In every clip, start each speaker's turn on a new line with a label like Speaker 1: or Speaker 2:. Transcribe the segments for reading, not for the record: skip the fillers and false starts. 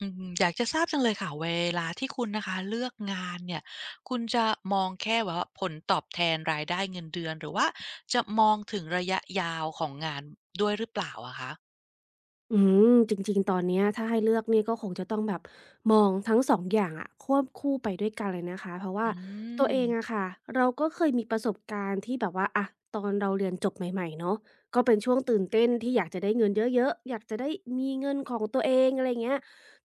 Speaker 1: อืมอยากจะทราบจังเลยค่ะเวลาที่คุณนะคะเลือกงานเนี่ยคุณจะมองแค่แบบว่าผลตอบแทนรายได้เงินเดือนหรือว่าจะมองถึงระยะยาวของงานด้วยหรือเปล่าอะคะ
Speaker 2: อืจริงๆตอนเนี้ยถ้าให้เลือกเนี่ยก็คงจะต้องแบบมองทั้งสองอย่างอะควบคู่ไปด้วยกันเลยนะคะเพราะว่า
Speaker 1: อื
Speaker 2: ตัวเองอะ
Speaker 1: ม
Speaker 2: ค่ะเราก็เคยมีประสบการณ์ที่แบบว่าอะตอนเราเรียนจบใหม่ๆเนาะก็เป็นช่วงตื่นเต้นที่อยากจะได้เงินเยอะๆอยากจะได้มีเงินของตัวเองอะไรเงี้ย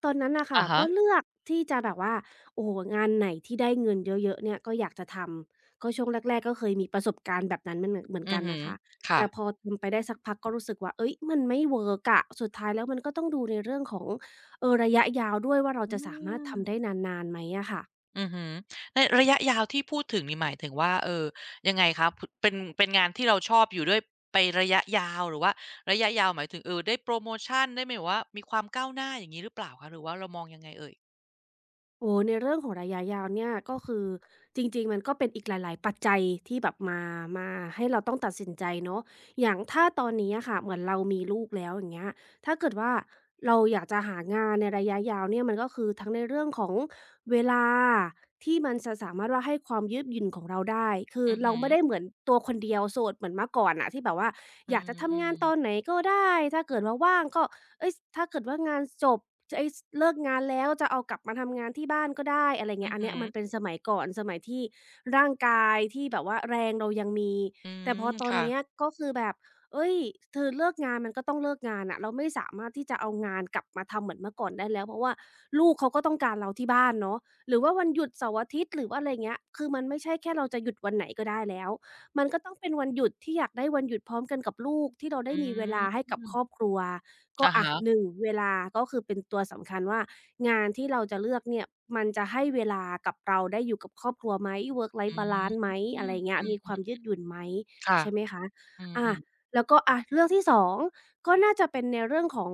Speaker 2: ตอนนั้นน่ะค่ะ
Speaker 1: อะฮะ
Speaker 2: ก็เลือกที่จะแบบว่าโอ้โฮงานไหนที่ได้เงินเยอะๆเนี่ยก็อยากจะทำก็ช่วงแรกๆก็เคยมีประสบการณ์แบบนั้นมันเหมือน
Speaker 1: อือ
Speaker 2: กัน
Speaker 1: ฮึ
Speaker 2: นะคะ
Speaker 1: ค่ะ
Speaker 2: แต่พอทำไปได้สักพักก็รู้สึกว่าเฮ้ยมันไม่เวิร์กอะสุดท้ายแล้วมันก็ต้องดูในเรื่องของระยะยาวด้วยว่าเรา
Speaker 1: อื
Speaker 2: จะสามารถ
Speaker 1: ม
Speaker 2: ทำได้นานๆไหมอะค่ะ
Speaker 1: อือฮึในระยะยาวที่พูดถึงนี่หมายถึงว่ายังไงคะผุเป็นงานที่เราชอบอยู่ด้วยไประยะยาวหรือว่าระยะยาวหมายถึงได้โพรโมชันได้หมายว่ามีความก้าวหน้าอย่างงี้หรือเปล่าคะหรือว่าเรามองยังไงเอ่ย
Speaker 2: โอ้ในเรื่องของระยะยาวเนี่ยก็คือจริงๆมันก็เป็นอีกหลายๆปัจจัยที่แบบมาให้เราต้องตัดสินใจเนาะอย่างถ้าตอนนี้อะค่ะเหมือนเรามีลูกแล้วอย่างเงี้ยถ้าเกิดว่าเราอยากจะหางานในระยะยาวเนี่ยมันก็คือทั้งในเรื่องของเวลาที่มันจะสามารถว่าให้ความยืดหยุ่นของเราได้คือ
Speaker 1: อือ
Speaker 2: เรา
Speaker 1: ฮึ
Speaker 2: ไม่ได้เหมือนตัวคนเดียวโสดเหมือนเมื่อก่อนน่ะที่แบบว่า
Speaker 1: อื
Speaker 2: อยาก
Speaker 1: ม
Speaker 2: จะ
Speaker 1: อื
Speaker 2: ทำงา
Speaker 1: ม
Speaker 2: นตอนไหนก็ได้ถ้าเกิดว่าว่างก็เฮ้ยถ้าเกิดว่างานจบ จะไอ้สเลิกงานแล้วจะเอากลับมาทำงานที่บ้านก็ได้อะไร
Speaker 1: อื
Speaker 2: เงี้ย
Speaker 1: อ
Speaker 2: อัน
Speaker 1: ฮึ
Speaker 2: เนี้ยมันเป็นสมัยก่อนสมัยที่ร่างกายที่แบบว่าแรงเรายังมี
Speaker 1: อื
Speaker 2: แต่พ
Speaker 1: ม
Speaker 2: อตอน
Speaker 1: ค่ะ
Speaker 2: เนี้ยก็คือแบบเฮ้ยเธอเลิกงานมันก็ต้องเลิกงานน่ะเราไม่สามารถที่จะเอางานกลับมาทำเหมือนเมื่อก่อนได้แล้วเพราะว่าลูกเขาก็ต้องการเราที่บ้านเนาะหรือว่าวันหยุดเสาร์อาทิตย์หรือว่าอะไรเงี้ยคือมันไม่ใช่แค่เราจะหยุดวันไหนก็ได้แล้วมันก็ต้องเป็นวันหยุดที่อยากได้วันหยุดพร้อมกันกับลูกที่เราได้
Speaker 1: อื
Speaker 2: มีเวลา
Speaker 1: ม
Speaker 2: ให้กับครอบครัว ก็
Speaker 1: อะ
Speaker 2: อะ
Speaker 1: ฮะ
Speaker 2: 1เวลาก็คือเป็นตัวสำคัญว่างานที่เราจะเลือกเนี่ยมันจะให้เวลากับเราได้อยู่กับครอบครัวไหม work
Speaker 1: อื
Speaker 2: life
Speaker 1: ม
Speaker 2: balance ไหมอะไรเงี้ย
Speaker 1: อื
Speaker 2: มีค
Speaker 1: ม
Speaker 2: วามยืดหยุ่นไหม
Speaker 1: ค่ะ
Speaker 2: ใช่ไหมคะ
Speaker 1: อื
Speaker 2: อา
Speaker 1: มๆ
Speaker 2: แล้วก็อะเรื่องที่2ก็น่าจะเป็นในเรื่องของ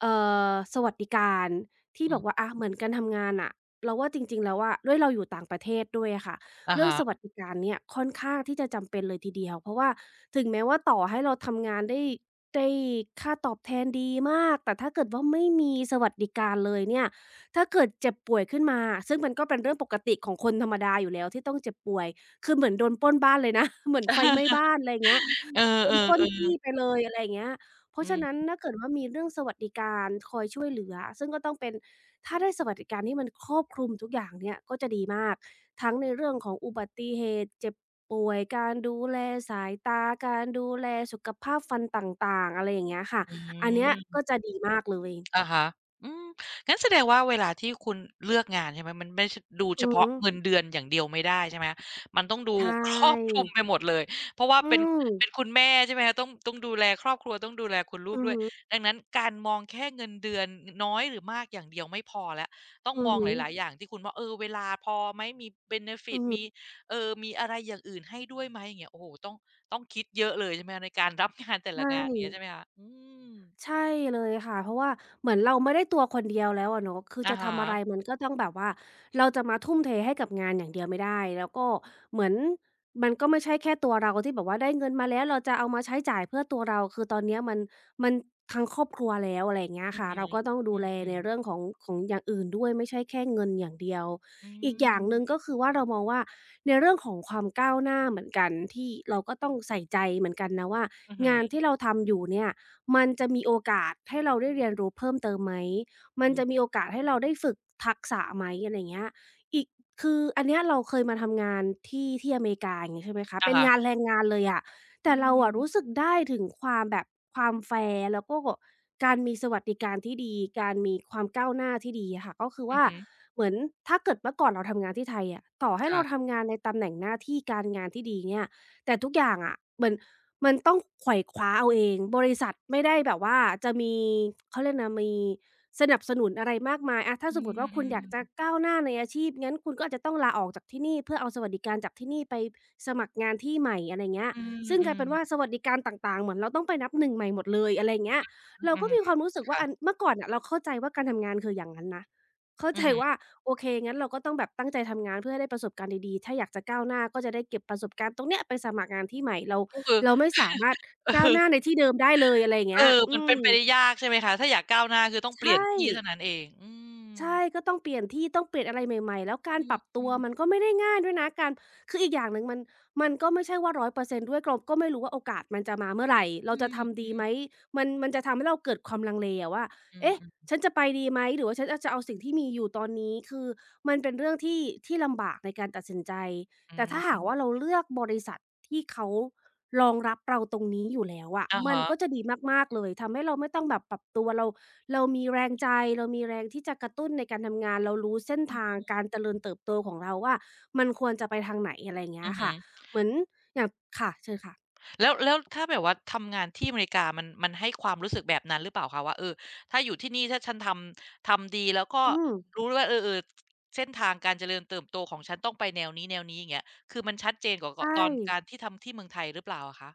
Speaker 2: เอ่สวัสดิการที่
Speaker 1: อื
Speaker 2: แบบ
Speaker 1: ม
Speaker 2: ว่าอะเหมือนกันทำงานน่ะเราว่าจริงๆแล้วอะด้วยเราอยู่ต่างประเทศด้วยอะค่ะ
Speaker 1: อะ
Speaker 2: เรื่อง
Speaker 1: ฮะ
Speaker 2: สวัสดิการเนี่ยค่อนข้างที่จะจำเป็นเลยทีเดียวเพราะว่าถึงแม้ว่าต่อให้เราทำงานได้ ได้ค่าตอบแทนดีมากแต่ถ้าเกิดว่าไม่มีสวัสดิการเลยเนี่ยถ้าเกิดเจ็บป่วยขึ้นมาซึ่งมันก็เป็นเรื่องปกติของคนธรรมดาอยู่แล้วที่ต้องเจ็บป่วยคือเหมือนโดนปล้นบ้านเลยนะ เหมือนไฟไหม้บ้านอะไรอย่างเงี้ย
Speaker 1: เออ
Speaker 2: โดนปล้นจี้
Speaker 1: ๆ
Speaker 2: ไปเลยอะไรอย่างเงี้ยเพ
Speaker 1: ๆอื
Speaker 2: ราะฉะนั้น
Speaker 1: ม
Speaker 2: ถ้าเกิดว่ามีเรื่องสวัสดิการคอยช่วยเหลือซึ่งก็ต้องเป็นถ้าได้สวัสดิการที่มันครอบคลุมทุกอย่างเนี่ยก็จะดีมากทั้งในเรื่องของอุบัติเหตุเจ็บป่วยการดูแลสายตาการดูแลสุขภาพฟันต่างๆอะไรอย่างเงี้ยค่ะ
Speaker 1: อื
Speaker 2: อันเนี้ย
Speaker 1: ม
Speaker 2: ก็จะดีมากเลย
Speaker 1: อะฮะอืมงั้นแสดงว่าเวลาที่คุณเลือกงานใช่ไหมมันไม่ใช่ดู
Speaker 2: อื
Speaker 1: เฉ
Speaker 2: อ
Speaker 1: พาะ
Speaker 2: ฮึ
Speaker 1: เงินเดือนอย่างเดียวไม่ได้ใช่ไหมมันต้องดู
Speaker 2: ใช่
Speaker 1: ครอบคลุมไปหมดเลย เพราะว่า
Speaker 2: อื
Speaker 1: เป็น
Speaker 2: ม
Speaker 1: เป็นคุณแม่ใช่ไหมคะต้องดูแลครอบครัว ต้องดูแลคุณลูก
Speaker 2: อือ
Speaker 1: ด้วย
Speaker 2: ฮึ
Speaker 1: ดังนั้นการมองแค่เงินเดือนนน้อยหรือมากอย่างเดียวไม่พอแล้วต้อง
Speaker 2: อื
Speaker 1: ม
Speaker 2: อ
Speaker 1: อง
Speaker 2: ฮึ
Speaker 1: หลายๆอย่างที่คุณว่าเออเวลาพอไหมมีเบเนฟิ
Speaker 2: อื
Speaker 1: ต
Speaker 2: อฮึ
Speaker 1: มีมีอะไรอย่างอื่นให้ด้วยไหมอย่างเงี้ยโอ้โฮต้องคิดเยอะเลยใช่ไหมคะในการรับงานแต่ละ
Speaker 2: ใช่
Speaker 1: งานอย่างเงี้ยใช่ไหมคะอืม
Speaker 2: ใช่เลยค่ะเพราะว่าเหมือนเราไม่ได้ตัวคนเดียวแล้วอะเนาะคือ
Speaker 1: อะ
Speaker 2: จะ
Speaker 1: ฮะ
Speaker 2: ทำอะไรมันก็ต้องแบบว่าเราจะมาทุ่มเทให้กับงานอย่างเดียวไม่ได้แล้วก็เหมือนมันก็ไม่ใช่แค่ตัวเราที่แบบว่าได้เงินมาแล้วเราจะเอามาใช้จ่ายเพื่อตัวเราคือตอนเนี้ยมันทั้งครอบครัวแล้วอะไรอย่างเงี้ย
Speaker 1: อืม
Speaker 2: ค่ะ
Speaker 1: อ
Speaker 2: เราก็ต้องดู
Speaker 1: ืม
Speaker 2: แล
Speaker 1: อื
Speaker 2: ใน
Speaker 1: ม
Speaker 2: เรื่องของของอย่างอื่นด้วยไม่ใช่แค่เงินอย่างเดียว
Speaker 1: อื
Speaker 2: อีกอย่างหนึ่ง
Speaker 1: ม
Speaker 2: ก็คือว่าเรามองว่าในเรื่องของความก้าวหน้าเหมือนกันที่เราก็ต้องใส่ใจเหมือนกันนะว่า
Speaker 1: อือฮึ
Speaker 2: งานที่เราทำอยู่เนี่ย มันจะมีโอกาสให้เราได้เรียนรู้เพิ่มเติมไหม มั
Speaker 1: อื
Speaker 2: น
Speaker 1: ม
Speaker 2: จะมีโอกาสให้เราได้ฝึกทักษะไหมอะไรเงี้ยอีกคืออันเนี้ยเราเคยมาทำงานที่อเมริกาอย่างงี้ใช่ไหมคะ
Speaker 1: อะ
Speaker 2: เป็น
Speaker 1: ฮะ
Speaker 2: งานแรงงานเลยอะ
Speaker 1: อื
Speaker 2: แต่เราอะรู้สึก
Speaker 1: ม
Speaker 2: ได้ถึงความแบบความแฟร์แล้วก็การมีสวัสดิการที่ดีการมีความก้าวหน้าที่ดีอะค่ะก็คือ
Speaker 1: อือ
Speaker 2: ว่า
Speaker 1: ฮึ
Speaker 2: เหมือนถ้าเกิดเมื่อก่อนเราทำงานที่ไทยอะต่อให้
Speaker 1: ค่ะ
Speaker 2: เราทำงานในตำแหน่งหน้าที่การงานที่ดีเนี่ยแต่ทุกอย่างอะเหมือน มันต้องไขว่คว้าเอาเอง บริษัทไม่ได้แบบว่าจะมีเขาเรียกนะมีสนับสนุนอะไรมากมายอะถ้า
Speaker 1: อื
Speaker 2: สมมุติว่าคุณอยากจะ
Speaker 1: ม
Speaker 2: ก้าวหน้าในอาชีพงั้นคุณก็อาจจะต้องลาออกจากที่นี่เพื่อเอาสวัสดิการจากที่นี่ไปสมัครงานที่ใหม่อะไรเงี้ย
Speaker 1: อืม
Speaker 2: ซึ่ง
Speaker 1: อื
Speaker 2: กลาย
Speaker 1: ม
Speaker 2: เป็นว่าสวัสดิการต่างๆเหมือนเราต้องไปนับหนึ่งใหม่หมดเลยอะไรเงี้ย
Speaker 1: อืม
Speaker 2: เรา
Speaker 1: อออือ
Speaker 2: ก็
Speaker 1: ฮึ
Speaker 2: มีความรู้สึกว่า
Speaker 1: ค่ะ
Speaker 2: อันเมื่อก่อนน่ะเราเข้าใจว่าการทำงานคืออย่างนั้นนะเข้า
Speaker 1: อื
Speaker 2: ใจ
Speaker 1: อฮึ
Speaker 2: ว่าโอเคงั้นเราก็ต้องแบบตั้งใจทำงานเพื่อให้ได้ประสบการณ์ดีๆถ้าอยากจะก้าวหน้าก็จะได้เก็บประสบการณ์ตรงเนี้ยไปสมัครงานที่ใหม่เรา
Speaker 1: ก็คือ
Speaker 2: เราไม่สามารถก้าวหน้า
Speaker 1: เออ
Speaker 2: ในที่เดิมได้เลยอะไรอย่าง
Speaker 1: เอ
Speaker 2: เงี้ย
Speaker 1: อมั
Speaker 2: อื
Speaker 1: นเป็
Speaker 2: ม
Speaker 1: นไปได้ยากใช่ไหมคะถ้าอยากก้าวหน้าคือต้อง
Speaker 2: ใช
Speaker 1: เปลี่ยน
Speaker 2: ่
Speaker 1: ที่เท่านั้นเองอืม
Speaker 2: ใช่ก็ต้องเปลี่ยนที่ต้องเปลี่ยนอะไรใหม่ๆ แล้วกา
Speaker 1: อื
Speaker 2: รปรับตัว
Speaker 1: ม
Speaker 2: มันก็ไม่ได้ง่ายด้วยนะการคืออีกอย่างหนึ่งมันก็ไม่ใช่ว่า100%ด้วยเราก็ไม่รู้ว่าโอกาสมันจะมาเมื่อไหรเรา
Speaker 1: อื
Speaker 2: จะ
Speaker 1: ม
Speaker 2: ทำดีไหมมันจะทำให้เราเกิดความลังเลอะว่า
Speaker 1: อืม
Speaker 2: เอ๊ะ
Speaker 1: อม
Speaker 2: ฉันจะไปดีไหมหรือว่าฉันอาจะเอาสิ่งที่มีอยู่ตอนนี้ คือมันเป็นเรื่องที่ลำบากในการตัดสินใจ
Speaker 1: อื
Speaker 2: แต่ถ้าหากว่า
Speaker 1: ม
Speaker 2: เราเลือกบริษัทที่เขา รองรับเราตรงนี้อยู่แล้วอะ
Speaker 1: อะ
Speaker 2: มันก็จะ
Speaker 1: ฮะ
Speaker 2: ดีมากๆเลย ทำให้เราไม่ต้องแบบปรับตัวเราเรามีแรงใจ เรามีแรงที่จะกระตุ้นในการทำงาน เรารู้เส้นทางการเจริญเติบโตของเราว่ามันควรจะไปทางไหนอะไรอย่างเงี้
Speaker 1: อื
Speaker 2: ย
Speaker 1: อฮึ
Speaker 2: ค่ะเหมือนอย่างค่ะเชิญค่ะ
Speaker 1: แล้วแล้วถ้าแบบว่าทำงานที่อเมริกามันมันให้ความรู้สึกแบบนั้นหรือเปล่าคะว่าเออถ้าอยู่ที่นี่ถ้าฉันทำดีแล้วก็
Speaker 2: อืม
Speaker 1: รู้ว่าเออๆเส้นทางการเจริญเติบโตของฉันต้องไปแนวนี้ๆอย่างเงี้ยคือมันชัดเจนกว่าก
Speaker 2: ใช่
Speaker 1: ตอนการที่ทำที่เมืองไทยหรือเปล่าอะคะ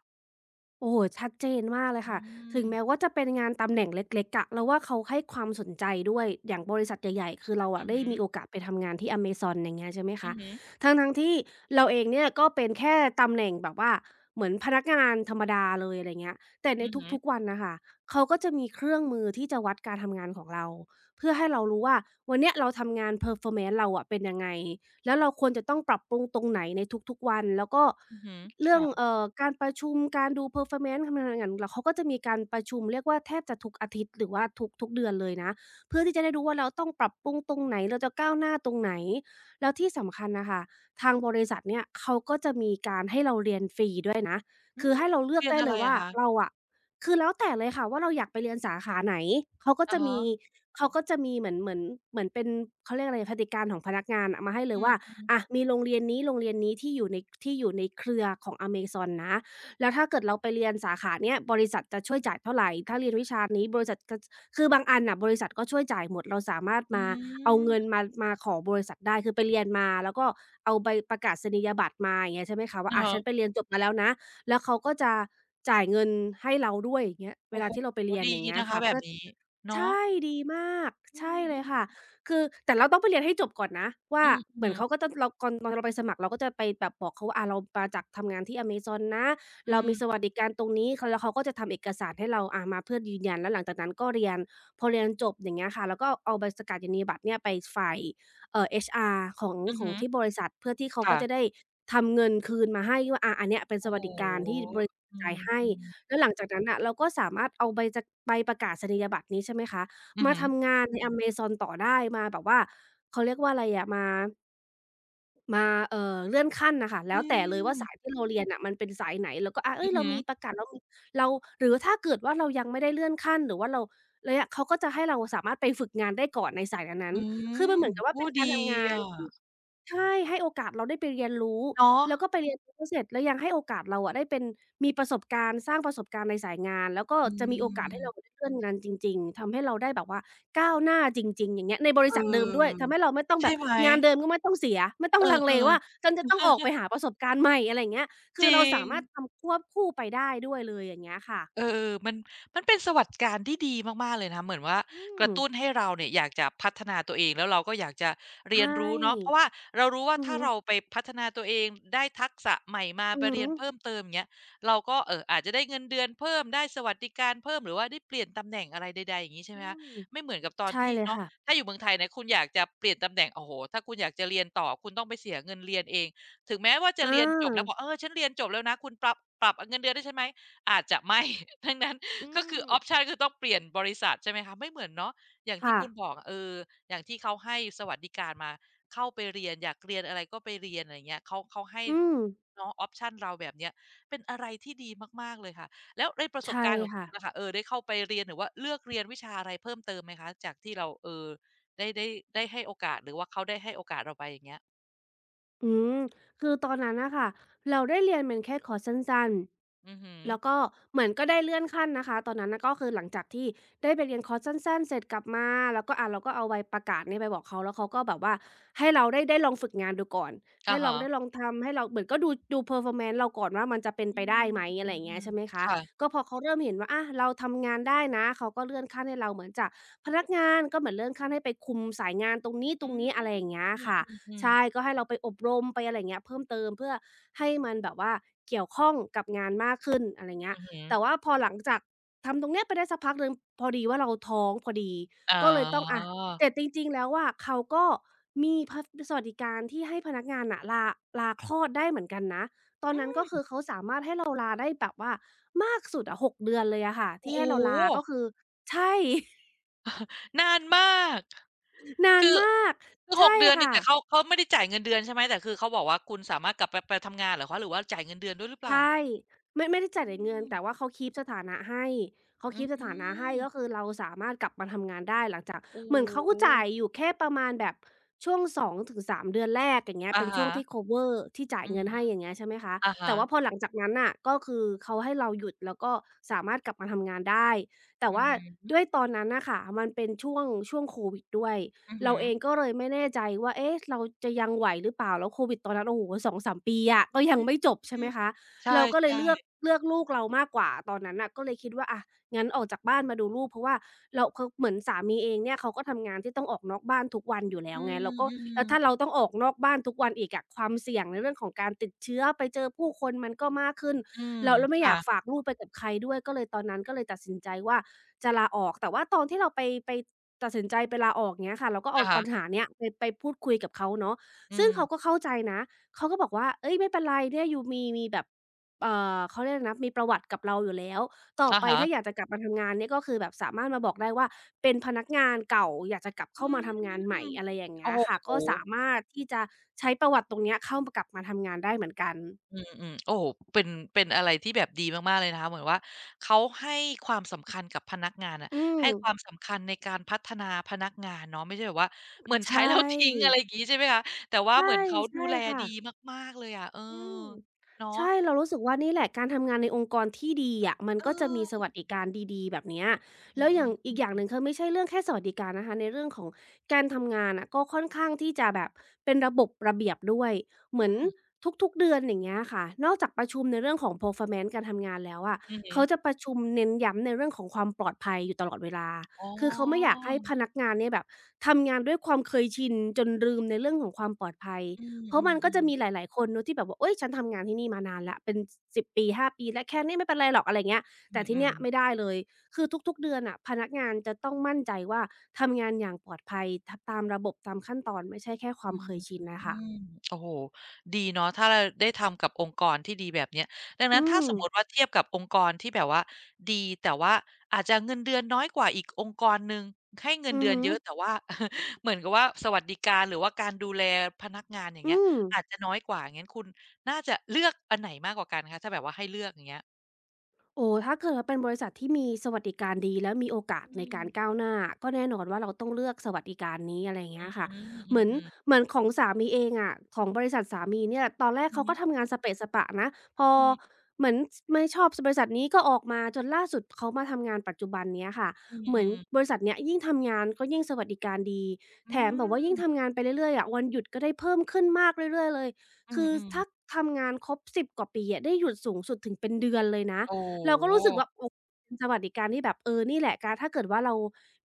Speaker 2: โอ้โฮชัดเจนมากเลย
Speaker 1: อื
Speaker 2: ค่ะถึ
Speaker 1: ม
Speaker 2: งแม้ว่าจะเป็นงานตำแหน่งเล็กๆอะเราว่าเขาให้ความสนใจด้วยอย่างบริษัทใหญ่ๆคือเรา
Speaker 1: อื
Speaker 2: อะ
Speaker 1: อ
Speaker 2: ได้
Speaker 1: ฮึ
Speaker 2: มีโอกาสไปทำงานที่ Amazon อย่างเงี้ยใช่ไหม
Speaker 1: อื
Speaker 2: คะ
Speaker 1: อฮึ
Speaker 2: ทั้งๆที่เราเองเนี่ยก็เป็นแค่ตำแหน่งแบบว่าเหมือนพนักงานธรรมดาเลยอะไรเงี้ยแต่ใน
Speaker 1: อือฮึ
Speaker 2: ทุกๆวันน่ะค่ะเขาก็จะมีเครื่องมือที่จะวัดการทำงานของเราเพื่อให้เรารู้ว่าวันเนี้ยเราทำงานเพอร์ฟอร์แมนซ์เราอะเป็นยังไงแล้วเราควรจะต้องปรับปรุงตรงไหนในทุกๆวันแล้วก็
Speaker 1: อือฮึ
Speaker 2: เรื่อง
Speaker 1: ค่ะ
Speaker 2: การประชุมการดู performance ทำงานอย่างแล้วเขาก็จะมีการประชุมเรียกว่าแทบจะทุกอาทิตย์หรือว่าทุกเดือนเลยนะเพื่อที่จะได้รู้ว่าเราต้องปรับปรุงตรงไหนเราจะก้าวหน้าตรงไหนแล้วที่สำคัญน่ะค่ะทางบริษัทเนี่ยเขาก็จะมีการให้เราเรียนฟรีด้วยนะ
Speaker 1: อื
Speaker 2: คือ
Speaker 1: ม
Speaker 2: ให้เราเลือก
Speaker 1: เรียน
Speaker 2: ได้
Speaker 1: อะ
Speaker 2: เล
Speaker 1: ไร
Speaker 2: ย
Speaker 1: อะ
Speaker 2: ว่า
Speaker 1: คะ
Speaker 2: เราอะ คือแล้วแต่เลยค่ะว่าเราอยากไปเรียนสาขาไหนเขาก็
Speaker 1: อะ
Speaker 2: จะมี
Speaker 1: ฮะ
Speaker 2: เขาก็จะมีเหมือนเป็นเขาเรียกอะไรพฤติการของพนักงานอะมาให้เล
Speaker 1: อื
Speaker 2: ยว่า
Speaker 1: ม
Speaker 2: อะมีโรงเรียนนี้โรงเรียนนี้ที่อยู่ในเครือของ Amazon นะแล้วถ้าเกิดเราไปเรียนสาขาเนี้ยบริษัทจะช่วยจ่ายเท่าไรถ้าเรียนวิชานี้บริษัทก็คือบางอันน่ะบริษัทก็ช่วยจ่ายหมดเราสามารถ
Speaker 1: ๆอื
Speaker 2: มาเอาเงิน
Speaker 1: ม
Speaker 2: มาขอบริษัทได้คือไปเรียนมาแล้วก็เอาใบประกาศนียบัตรมาอย่างเงี้ยใช่ไหมคะว่า
Speaker 1: อะ
Speaker 2: อะ
Speaker 1: ฮะ
Speaker 2: ฉันไปเรียนจบมาแล้วนะ แล้วเขาก็จะจ่ายเงินให้เราด้วยอย่างเงี้ยเว
Speaker 1: โอ้
Speaker 2: ลา
Speaker 1: โฮ
Speaker 2: ที่เราไปเรียน
Speaker 1: ดี
Speaker 2: อย่างเงี้ย
Speaker 1: นะคะ
Speaker 2: ค่ะ
Speaker 1: แบบ
Speaker 2: เพื่อ
Speaker 1: นี้เนาะ
Speaker 2: ใช่ดีมาก
Speaker 1: อ
Speaker 2: ใช่เล
Speaker 1: ื
Speaker 2: ย
Speaker 1: ม
Speaker 2: ค่ะ
Speaker 1: ๆ
Speaker 2: คือแต่เราต้องไปเรียนให้จบก่อนนะ
Speaker 1: อื
Speaker 2: ว่าเหมือน
Speaker 1: ม
Speaker 2: เขาก็
Speaker 1: ๆ
Speaker 2: จะเราก่อนตอนเราไปสมัครเราก็จะไปแบบบอกเขาว่าอาเรามาจากทำงานที่ Amazon นะ
Speaker 1: อื
Speaker 2: เรามีสวั
Speaker 1: ม
Speaker 2: สดิการตรงนี้เขาแล้วเขาก็จะทำเอกสารให้เราอามาเพื่อยืนยันแล้วหลังจากนั้นก็เรียนพอเรียนจบอย่างเงี้ยค่ะแล้วก็เอาใบสกาฬนียบัตรเนี่ยไปฝ่ายHR ของ
Speaker 1: อือ
Speaker 2: ของ
Speaker 1: ฮึ
Speaker 2: ที่บริษัทเพื่อที่เขาก็
Speaker 1: ค่ะ
Speaker 2: จะได้ ทำเงินคืนมาให้ว่าอาอันเนี้ยเป็นส
Speaker 1: โอ้
Speaker 2: วัสดิ
Speaker 1: โ
Speaker 2: การที่
Speaker 1: ฮ
Speaker 2: บริ
Speaker 1: อื
Speaker 2: จ่ายให้
Speaker 1: มๆ
Speaker 2: แล้วหลังจากนั้นน่ะเราก็สามารถเอาใบจะใบประกาศนียบัตรนี้ใช่ไหมคะ
Speaker 1: อือ
Speaker 2: มา
Speaker 1: ฮึ
Speaker 2: ทำงานในอเมซอนต่อได้มาแบบว่าเขาเรียกว่าอะไรอะมามาเลื่อนขั้นน่ะค่ะแล้
Speaker 1: อื
Speaker 2: วแต่เลยว่า
Speaker 1: ม
Speaker 2: สายที่เราเรียนน่ะมันเป็นสายไหนเราก็อา
Speaker 1: อื
Speaker 2: เฮ้ย
Speaker 1: อ
Speaker 2: เรา
Speaker 1: ฮึ
Speaker 2: มีประกาศเรามีเราหรือถ้าเกิดว่าเรายังไม่ได้เลื่อนขั้นหรือว่าเราระยะเขาก็จะให้เราสามารถไปฝึกงานได้ก่อนในสายนั้
Speaker 1: อื
Speaker 2: นๆคือ
Speaker 1: ม
Speaker 2: มันเหมือนกับว่า
Speaker 1: โอ้
Speaker 2: เป็น
Speaker 1: ดี
Speaker 2: การทำงาน
Speaker 1: อะ
Speaker 2: ใช่ให้โอกาสเราได้ไปเรียนรู้
Speaker 1: เนาะ
Speaker 2: แล้วก็ไปเรียนรู้เสร็จแล้วยังให้โอกาสเราอะได้เป็นมีประสบการณ์สร้างประสบการณ์ในสายงานแล้วก็
Speaker 1: อื
Speaker 2: จะมีโอกาสให้เราได้
Speaker 1: ม
Speaker 2: เลื่อนงานจริงๆทำให้เราได้แบบว่าก้าวหน้าจริงๆอย่างเงี้ยในบ
Speaker 1: เ
Speaker 2: ริษัทเดิมด้วย
Speaker 1: ออ
Speaker 2: ทำให้เราไม่ต้องแบ
Speaker 1: ใช่
Speaker 2: บ
Speaker 1: ไหม
Speaker 2: งานเดิมก็ไม่ต้องเสียไม่ต้อ
Speaker 1: เอ
Speaker 2: งลังเล
Speaker 1: อ
Speaker 2: ว่าฉัน
Speaker 1: ๆ
Speaker 2: จะต้องออกไป หาประสบการณ์ใหม่อะไรอย่างเงี้ย
Speaker 1: จ
Speaker 2: คือ
Speaker 1: ริ
Speaker 2: เราสา
Speaker 1: ง
Speaker 2: มารถทำควบคู่ไปได้ด้วยเลยอย่างเงี้ยค่ะ
Speaker 1: เออๆมันมันเป็นสวัสดิการที่ดีมากๆเลยนะคะเหมือนว่า
Speaker 2: อื
Speaker 1: ก
Speaker 2: ม
Speaker 1: ระตุ้นให้เราเนี่ยอยากจะพัฒนาตัวเองแล้วเราก็อยากจะเรีย
Speaker 2: ใช่
Speaker 1: นรู้เนาะเพราะว่าเรารู้ว่า
Speaker 2: อือ
Speaker 1: ถ้า
Speaker 2: ฮึ
Speaker 1: เราไปพัฒนาตัวเองได้ทักษะใหม่มา
Speaker 2: อื
Speaker 1: ไป
Speaker 2: อ
Speaker 1: เรี
Speaker 2: ฮึ
Speaker 1: ยนเพิ่มเติมอย่างเงี้ยเราก็อาจจะได้เงินเดือนเพิ่มได้สวัสดิการเพิ่มหรือว่าได้เปลี่ยนตำแหน่งอะไรใดๆอย่างงี้ใช่ไห
Speaker 2: อื
Speaker 1: มคะ
Speaker 2: ม
Speaker 1: ไม่เหมือนกับตอน
Speaker 2: ใช่
Speaker 1: ที่
Speaker 2: เลย
Speaker 1: เนาะ
Speaker 2: ค่ะ
Speaker 1: ถ้าอยู่เมืองไทยเนี่ยคุณอยากจะเปลี่ยนตำแหน่งโอ้โฮถ้าคุณอยากจะเรียนต่อคุณต้องไปเสียเงินเรียนเองถึงแม้ว่าจะ
Speaker 2: อา
Speaker 1: เรียนจบแล้วบอกเออฉันเรียนจบแล้วนะคุณปรับอเงินเดือนให้ฉันไหม อาจจะไม่ ดังนั้น
Speaker 2: อื
Speaker 1: ก็คือออปชั
Speaker 2: ม
Speaker 1: นคือต้องเปลี่ยนบริษัทใช่ไหมคะไม่เหมือนเนาะอย่างที่
Speaker 2: ค่ะ
Speaker 1: คุณบอกอะเอออย่างที่เขาให้สวัสดิการมาเข้าไปเรียนอยากเรียนอะไรก็ไปเรียนอะไรเงี้ยเขาเขาให้
Speaker 2: อืม
Speaker 1: เนาะออปชันเราแบบเนี้ยเป็นอะไรที่ดีมากๆเลยค่ะแล้วในประสบ
Speaker 2: ใช่
Speaker 1: การณ์ของคุ
Speaker 2: ค่ะ
Speaker 1: ณนะคะเออได้เข้าไปเรียนหรือว่าเลือกเรียนวิชาอะไรเพิ่มเติมไหมคะจากที่เราเออได้ได้ได้ให้โอกาสหรือว่าเขาได้ให้โอกาสเราไปอย่างเงี้ย
Speaker 2: อืมคือตอนนั้นน่ะค่ะเราได้เรียนเป็นแค่คอร์สสั้น
Speaker 1: อือหึอ
Speaker 2: ๆแล้วก็เหมือนก็ได้เลื่อนขั้นนะคะตอนนั้นน่ะก็คือหลังจากที่ได้ไปเรียนคอร์สสั้นๆเสร็จกลับมาแล้วก็เราก็เอาใบประกาศเนี่ยไปบอกเขาแล้วเขาก็แบบว่าให้เราได้ได้ลองฝึกงานดูก่อน
Speaker 1: อ่า
Speaker 2: ให้ลอ
Speaker 1: ฮะ
Speaker 2: งได้ลองทำให้เราเหมือนก็ดู performance เราก่อนว่ามันจะเป็น
Speaker 1: อื
Speaker 2: ไปได้
Speaker 1: ม
Speaker 2: ไหม
Speaker 1: อื
Speaker 2: อะไรอ
Speaker 1: ม
Speaker 2: ย่าง
Speaker 1: อ
Speaker 2: เงี้ย
Speaker 1: ม
Speaker 2: ใช่ไหมคะ
Speaker 1: ค่ะ
Speaker 2: ก็พอเขาเริ่มเห็นว่าอาเราทำงานได้นะเขาก็เลื่อนขั้นให้เราเหมือนจากพนักงานก็เหมือนเลื่อนขั้นให้ไปคุมสายงานตรง
Speaker 1: อืม
Speaker 2: นี้ๆอะไรอย่างเงี้ย
Speaker 1: อืม
Speaker 2: ค่ะ
Speaker 1: อม
Speaker 2: ใช่ก็ให้เราไปอบรมไปอะไรเงี้ยเพิ่มเติมเพื่อให้มันแบบว่าเกี่ยวข้องกับงานมากขึ้นอะไร
Speaker 1: อื
Speaker 2: เงี้
Speaker 1: ม
Speaker 2: ย
Speaker 1: อ
Speaker 2: แต่
Speaker 1: ม
Speaker 2: ว่าพอหลังจากทำตรงเนี้ยไปได้สักพักหนึ่งพอดีว่าเราท้องพอดี
Speaker 1: อ๋
Speaker 2: ก็เลยต้อง
Speaker 1: อ
Speaker 2: อะแต่จริงๆแล้วอะเขาก็มีพัดสวัสดิการที่ให้พนักงานน่ะลาคลอดได้เหมือนกันนะตอน
Speaker 1: อื
Speaker 2: นั้นก็
Speaker 1: ม
Speaker 2: คือเขาสามารถให้เราลาได้แบบว่ามากสุดอะ6 เดือนเลยอะค่ะ
Speaker 1: โอ้
Speaker 2: ที่
Speaker 1: โ
Speaker 2: ให้เรา
Speaker 1: ฮ
Speaker 2: ลาก็คือใช่
Speaker 1: นานมาก
Speaker 2: นาน
Speaker 1: คือ
Speaker 2: มาก
Speaker 1: คือหก
Speaker 2: ใช่
Speaker 1: เดือนนี่
Speaker 2: ค่ะ
Speaker 1: แต่เขาเขาไม่ได้จ่ายเงินเดือนใช่ไหมแต่คือเขาบอกว่าคุณสามารถกลับไปทำงานเหรอคะหรือว่าจ่ายเงินเดือนด้วยหรือเปล่า
Speaker 2: ใช่ไม่ได้
Speaker 1: อื
Speaker 2: จ่ายแต่เงิน
Speaker 1: ม
Speaker 2: แต่ว่าเขาคีปสถานะให้เขา
Speaker 1: อื
Speaker 2: คีปสถานะให้
Speaker 1: ม
Speaker 2: ก็คือเราสามารถกลับมาทำงานได้หลังจาก
Speaker 1: โอ้
Speaker 2: เหมือนเขา
Speaker 1: โฮ
Speaker 2: ก็จ่ายอยู่แค่ประมาณแบบช่วง2-3 เดือนแรกอย่างเงี้ย
Speaker 1: อะ
Speaker 2: เป็นช่
Speaker 1: ฮะ
Speaker 2: วงที่คัฟเวอร์ที่จ่าย
Speaker 1: อื
Speaker 2: เงิ
Speaker 1: ม
Speaker 2: นให้อย่างเงี้ยใช่ไหมคะ
Speaker 1: ๆอะฮะ
Speaker 2: แต่ว่าพอหลังจากนั้นน่ะก็คือเขาให้เราหยุดแล้วก็สามารถกลับมาทำงานได้แต่
Speaker 1: อือ
Speaker 2: ว่า
Speaker 1: ฮึ
Speaker 2: ด้วยตอนนั้นน่ะค่ะมันเป็นช่วงโควิดด้วย
Speaker 1: อือ
Speaker 2: เรา
Speaker 1: ฮึ
Speaker 2: เองก็เลยไม่แน่ใจว่าเอ๊ะเราจะยังไหวหรือเปล่าแล้วโควิดตอนนั้นโอ้โฮ2-3ปีอะก็
Speaker 1: อ
Speaker 2: ยังไม่จบใช่
Speaker 1: ื
Speaker 2: ไหม
Speaker 1: ม
Speaker 2: คะ
Speaker 1: ๆใช่
Speaker 2: เราก็เลยเลือกลูกเรามากกว่าตอนนั้นน่ะก็เลยคิดว่าอะงั้นออกจากบ้านมาดูลูกเพราะว่าเราคือเหมือนสามีเองเนี่ยเขาก็ทำงานที่ต้องออกนอกบ้านทุกวันอยู่
Speaker 1: ๆ
Speaker 2: แล้
Speaker 1: อื
Speaker 2: วไงเราก็แล้
Speaker 1: ม
Speaker 2: วถ้าเรา
Speaker 1: ๆ
Speaker 2: ต้องออกนอกบ้านทุกวันอีกอะความเสี่ยงในเรื่องของการติดเชื้อไปเจอผู้คนมันก็มากขึ้น
Speaker 1: อืม
Speaker 2: เราแล้วไม่อยากฝา
Speaker 1: ค่ะ
Speaker 2: กลูกไปกับใครด้วยก็เลยตอนนั้นก็เลยตัดสินใจว่าจะลาออกแต่ว่าตอนที่เราไปไปตัดสินใจไปลาออกเงี้ยค่ะเราก็เอา
Speaker 1: อะฮะ
Speaker 2: ปัญหาเนี้ยไปไปพูดคุยกับเขาเนาะ
Speaker 1: อื
Speaker 2: ซึ่ง
Speaker 1: ม
Speaker 2: เขาก็เข้าใจนะเขาก็บอกว่าเฮ้ยไม่เป็นไรเนี่ยยูมีแบบ เอ่เขาเรียกอะไรนะมีประวัติกับเราอยู่แล้วต่อ
Speaker 1: อะ
Speaker 2: ไปถ้าอ
Speaker 1: ฮะ
Speaker 2: ยากจะกลับมาทำงานเนี่ยก็คือแบบสามารถมาบอกได้ว่าเป็นพนักงานเก่าอยากจะกลับ
Speaker 1: อื
Speaker 2: เข้ามา
Speaker 1: ม
Speaker 2: ทำงานใหม่อะไรอย่าง
Speaker 1: โอ้
Speaker 2: เงี้ยค่ะ
Speaker 1: โฮ
Speaker 2: ก็สามารถที่จะใช้ประวัติตรงเนี้ยเข้ามกลับมาทำงานได้เหมือนกัน
Speaker 1: อืมอืมโอ้โหเป็นเป็นอะไรที่แบบดีมากๆเลยนะคะเหมือนว่าเขาให้ความสำคัญกับพนักงานอะ
Speaker 2: อื
Speaker 1: ให้
Speaker 2: ม
Speaker 1: ความสำคัญในการพัฒนาพนักงานเนาะไม่ใช่แบบว่าเหมือน
Speaker 2: ใช
Speaker 1: ใช้แล้วทิ้งอะ
Speaker 2: ่
Speaker 1: ไรอย่างงี้ใช่ไหมคะแต่ว่าเหมื
Speaker 2: ใช่
Speaker 1: อนเขาดู
Speaker 2: ใช่
Speaker 1: แล
Speaker 2: ค่ะ
Speaker 1: ดีมากๆเลยอะเออ
Speaker 2: อืม
Speaker 1: เนาะ
Speaker 2: ใช่เรารู้สึกว่านี่แหละการทำงานในองค์กรที่ดีอะมัน
Speaker 1: เอ
Speaker 2: ก็จะมี
Speaker 1: อ
Speaker 2: สวัสดิการดีๆแบบเนี้ย
Speaker 1: อื
Speaker 2: แล้วอย่างอี
Speaker 1: ม
Speaker 2: กอย่างหนึ่งคือไม่ใช่เรื่องแค่สวัสดิการนะคะในเรื่องของการทำงานน่ะก็ค่อนข้างที่จะแบบเป็นระบบระเบียบด้วยเหมื
Speaker 1: อื
Speaker 2: อน
Speaker 1: ม
Speaker 2: ทุกๆเดือนอย่างเงี้ยค่ะนอกจากประชุมในเรื่องของ performance การทำงานแล้วอะ
Speaker 1: อืมอฮึอหื
Speaker 2: เขาจะ
Speaker 1: อ
Speaker 2: ประชุมเน้นย้ำในเรื่องของความปลอดภัยอยู่ตลอดเวลา
Speaker 1: อ๋
Speaker 2: คือเขาไม่อยา
Speaker 1: อ
Speaker 2: กให้พนักงานเนี่ยแบบทำงานด้วยความเคยชินจนลืมในเรื่องของความปลอดภัย
Speaker 1: อืม
Speaker 2: เพ
Speaker 1: อื
Speaker 2: ราะ
Speaker 1: ม
Speaker 2: มัน
Speaker 1: อื
Speaker 2: ก็
Speaker 1: ม
Speaker 2: จะมีหลายๆคนเนาะที่แบบว่าโอ๊ยฉันทำงานที่นี่มานานแล้วเป็น10ปี5ปีแล้วแค่นี้ไม่เป็นไรหรอกอะไรเงี้ยแต่
Speaker 1: อ
Speaker 2: ที่
Speaker 1: ๆ
Speaker 2: เนี้ยไม่ได้เลย คือทุกๆเดือนน่ะพนักงานจะต้องมั่นใจว่าทำงานอย่างปลอดภัยทำตามระบบตามขั้นตอนไม่ใช่แค่ควา
Speaker 1: อื
Speaker 2: มเคยชิ
Speaker 1: ม
Speaker 2: นน่ะค่ะ
Speaker 1: โอ้โฮดีเนาะถ้าเราได้ทำกับองค์กรที่ดีแบบเนี้ยดัง
Speaker 2: อื
Speaker 1: นั้นถ้า
Speaker 2: ม
Speaker 1: สมมุติว่าเทียบกับองค์กรที่แบบว่าดีแต่ว่าอาจจะเงินเดือนน้อยกว่าอีกองค์กรหนึ่งให้เงิน
Speaker 2: อือ
Speaker 1: เดือน
Speaker 2: ฮึ
Speaker 1: เยอะแต่ว่า เหมือนกับว่าสวัสดิการหรือว่าการดูแลพนักงานอย่าง
Speaker 2: อื
Speaker 1: เงี้ย
Speaker 2: ม
Speaker 1: อาจจะน้อยกว่าอย่างงั้นคุณน่าจะเลือกอันไหนมากกว่ากันคะถ้าแบบว่าให้เลือกอย่างเงี้ย
Speaker 2: โอ้ถ้าเกิดว่าเป็นบริษัทที่มีสวัสดิการดีแล้วมีโอกาส
Speaker 1: อื
Speaker 2: ใน
Speaker 1: ม
Speaker 2: การก้าวหน้าก็แน่นอนว่าเราต้องเลือกสวัสดิการนี้อะไรอย่างเงี้
Speaker 1: อื
Speaker 2: ยค่ะ
Speaker 1: มอ
Speaker 2: เหมือน
Speaker 1: ืมๆ
Speaker 2: เหมือนของสามีเองอะของบริษัทสามีเนี่ยตอนแรก
Speaker 1: อือ
Speaker 2: เขา
Speaker 1: ฮึ
Speaker 2: ก็ทำงานสเปะสะปะนะพอ
Speaker 1: อืม
Speaker 2: เหมือนไม่ชอบบริษัทนี้ก็ออกมาจนล่าสุดเขามาทำงานปัจจุบันเนี้ยค่ะ
Speaker 1: อื
Speaker 2: เหมือน
Speaker 1: ม
Speaker 2: บ
Speaker 1: ๆ
Speaker 2: ริษัทเนี้ยยิ่งทำงานก็ยิ่งสวัสดิการดี
Speaker 1: อื
Speaker 2: แถมแบบว่ายิ่ง
Speaker 1: ม
Speaker 2: ทำงานไปเรื่อยๆอะวันหยุดก็ได้เพิ่มขึ้นมากเรื่อยๆเลย
Speaker 1: อื
Speaker 2: คือ
Speaker 1: ม
Speaker 2: ถ้า
Speaker 1: ๆ
Speaker 2: ทำงานครบสิบกว่าปีอะได้หยุดสูงสุดถึงเป็นเดือนเลยนะ
Speaker 1: โอ้
Speaker 2: เราก็
Speaker 1: โฮ
Speaker 2: รู้สึกว่าโอ้เป็นสวัสดิการที่แบบเออนี่แหละการถ้าเกิดว่าเรา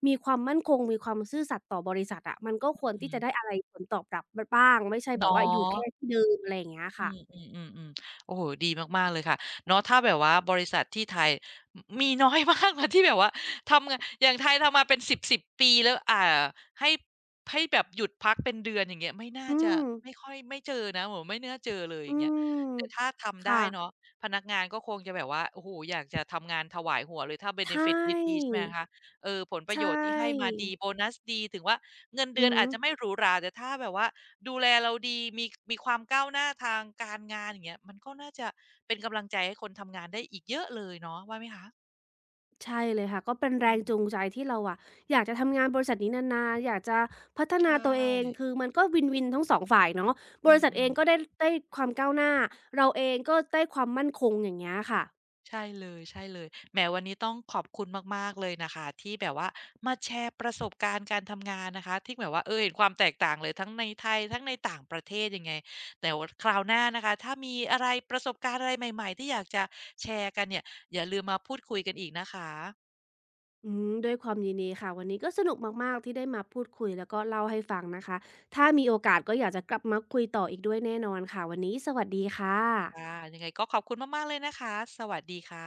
Speaker 2: มีความมั่นคงมีความซื่อสัตย์ต่อบริษัทอะมันก็ควร
Speaker 1: อื
Speaker 2: ที่จะ
Speaker 1: ม
Speaker 2: ได้อะไรผลตอบรับบบ้างไม่ใช่แบ
Speaker 1: เนา
Speaker 2: บว่าอยู่แค่
Speaker 1: ะ
Speaker 2: ที่เดิมอะไรอย่างเงี้ย
Speaker 1: อื
Speaker 2: ค่ะ
Speaker 1: มๆๆๆโอ้โฮดีมากๆเลยค่ะเนาะถ้าแบบว่าบริษัทที่ไทยมีน้อยมากนะ ที่แบบว่าทำงานอย่างไทยทำมาเป็นสิบสิบปีแล้วอ่าให้ให้แบบหยุดพักเป็นเดือนอย่างเงี้ยไม่น่า
Speaker 2: อื
Speaker 1: จะ
Speaker 2: ม
Speaker 1: ไม่ค่อยไม่เจอนะไม่น่าเจอเลยอ
Speaker 2: อื
Speaker 1: ย่างเงี้ย
Speaker 2: ม
Speaker 1: แต่ถ้า
Speaker 2: ค
Speaker 1: ทำได้เนาะ
Speaker 2: ่ะ
Speaker 1: พนักงานก็คงจะแบบว่าโอ้โฮอยากจะทำงานถวายหัวเลยถ้าเบเน
Speaker 2: ใช่
Speaker 1: ฟิตดีๆใช่ไหมคะ เออผลป
Speaker 2: ใช
Speaker 1: ระโยชน์ที่ให้มา
Speaker 2: ่
Speaker 1: ดีโบนัสดีถึงว่าเงินเดื
Speaker 2: อื
Speaker 1: อ
Speaker 2: อ
Speaker 1: นอา
Speaker 2: ฮึ
Speaker 1: จจะไม่หรูหราแต่ถ้าแบบว่าดูแลเราดีมีความก้าวหน้าทางการงานอย่างเงี้ยมันก็น่าจะเป็นกำลังใจให้คนทำงานได้อีกเยอะเลยเนาะว่าไหมคะ
Speaker 2: ใช่เลยค่ะก็เป็นแร
Speaker 1: อื
Speaker 2: งจูง
Speaker 1: ม
Speaker 2: ใจที่เราอะอยากจะทำงานบริษัทนี้นานๆอยากจะพัฒ
Speaker 1: ใช
Speaker 2: นาตัวเอง
Speaker 1: ่
Speaker 2: คือมันก็วินๆทั้งสองฝ่ายเนาะบ
Speaker 1: อื
Speaker 2: ริษัทเอ
Speaker 1: ม
Speaker 2: งก็
Speaker 1: ๆ
Speaker 2: ได้ได้ความก้าวหน้าเราเองก็ได้ความมั่นคงอย่างเงี้ยค่ะ
Speaker 1: ใช่เลยใช่เลยแหมวันนี้ต้องขอบคุณมากๆเลยนะคะที่แบบว่ามาแชร์ประสบการณ์การทำงานนะคะที่แบบว่าเออเห็นความแตกต่างเลยทั้งในไทยทั้งในต่างประเทศยังไงแต่ว่าคราวหน้านะคะถ้ามีอะไรประสบการณ์อะไรใหม่ๆที่อยากจะแชร์กันเนี่ยอย่าลืมมาพูดคุยกันอีกนะคะ
Speaker 2: อืมด้วยความยินดีค่ะวันนี้ก็สนุกมากๆที่ได้มาพูดคุยแล้วก็เล่าให้ฟังนะคะถ้ามีโอกาสก็อยากจะกลับมาคุยต่ออีกด้วยแน่นอนค่ะวันนี้สวัสดีค่
Speaker 1: ค่ะ
Speaker 2: ะ
Speaker 1: ยังไงก็ขอบคุณมากๆเลยนะคะสวัสดีค่ะ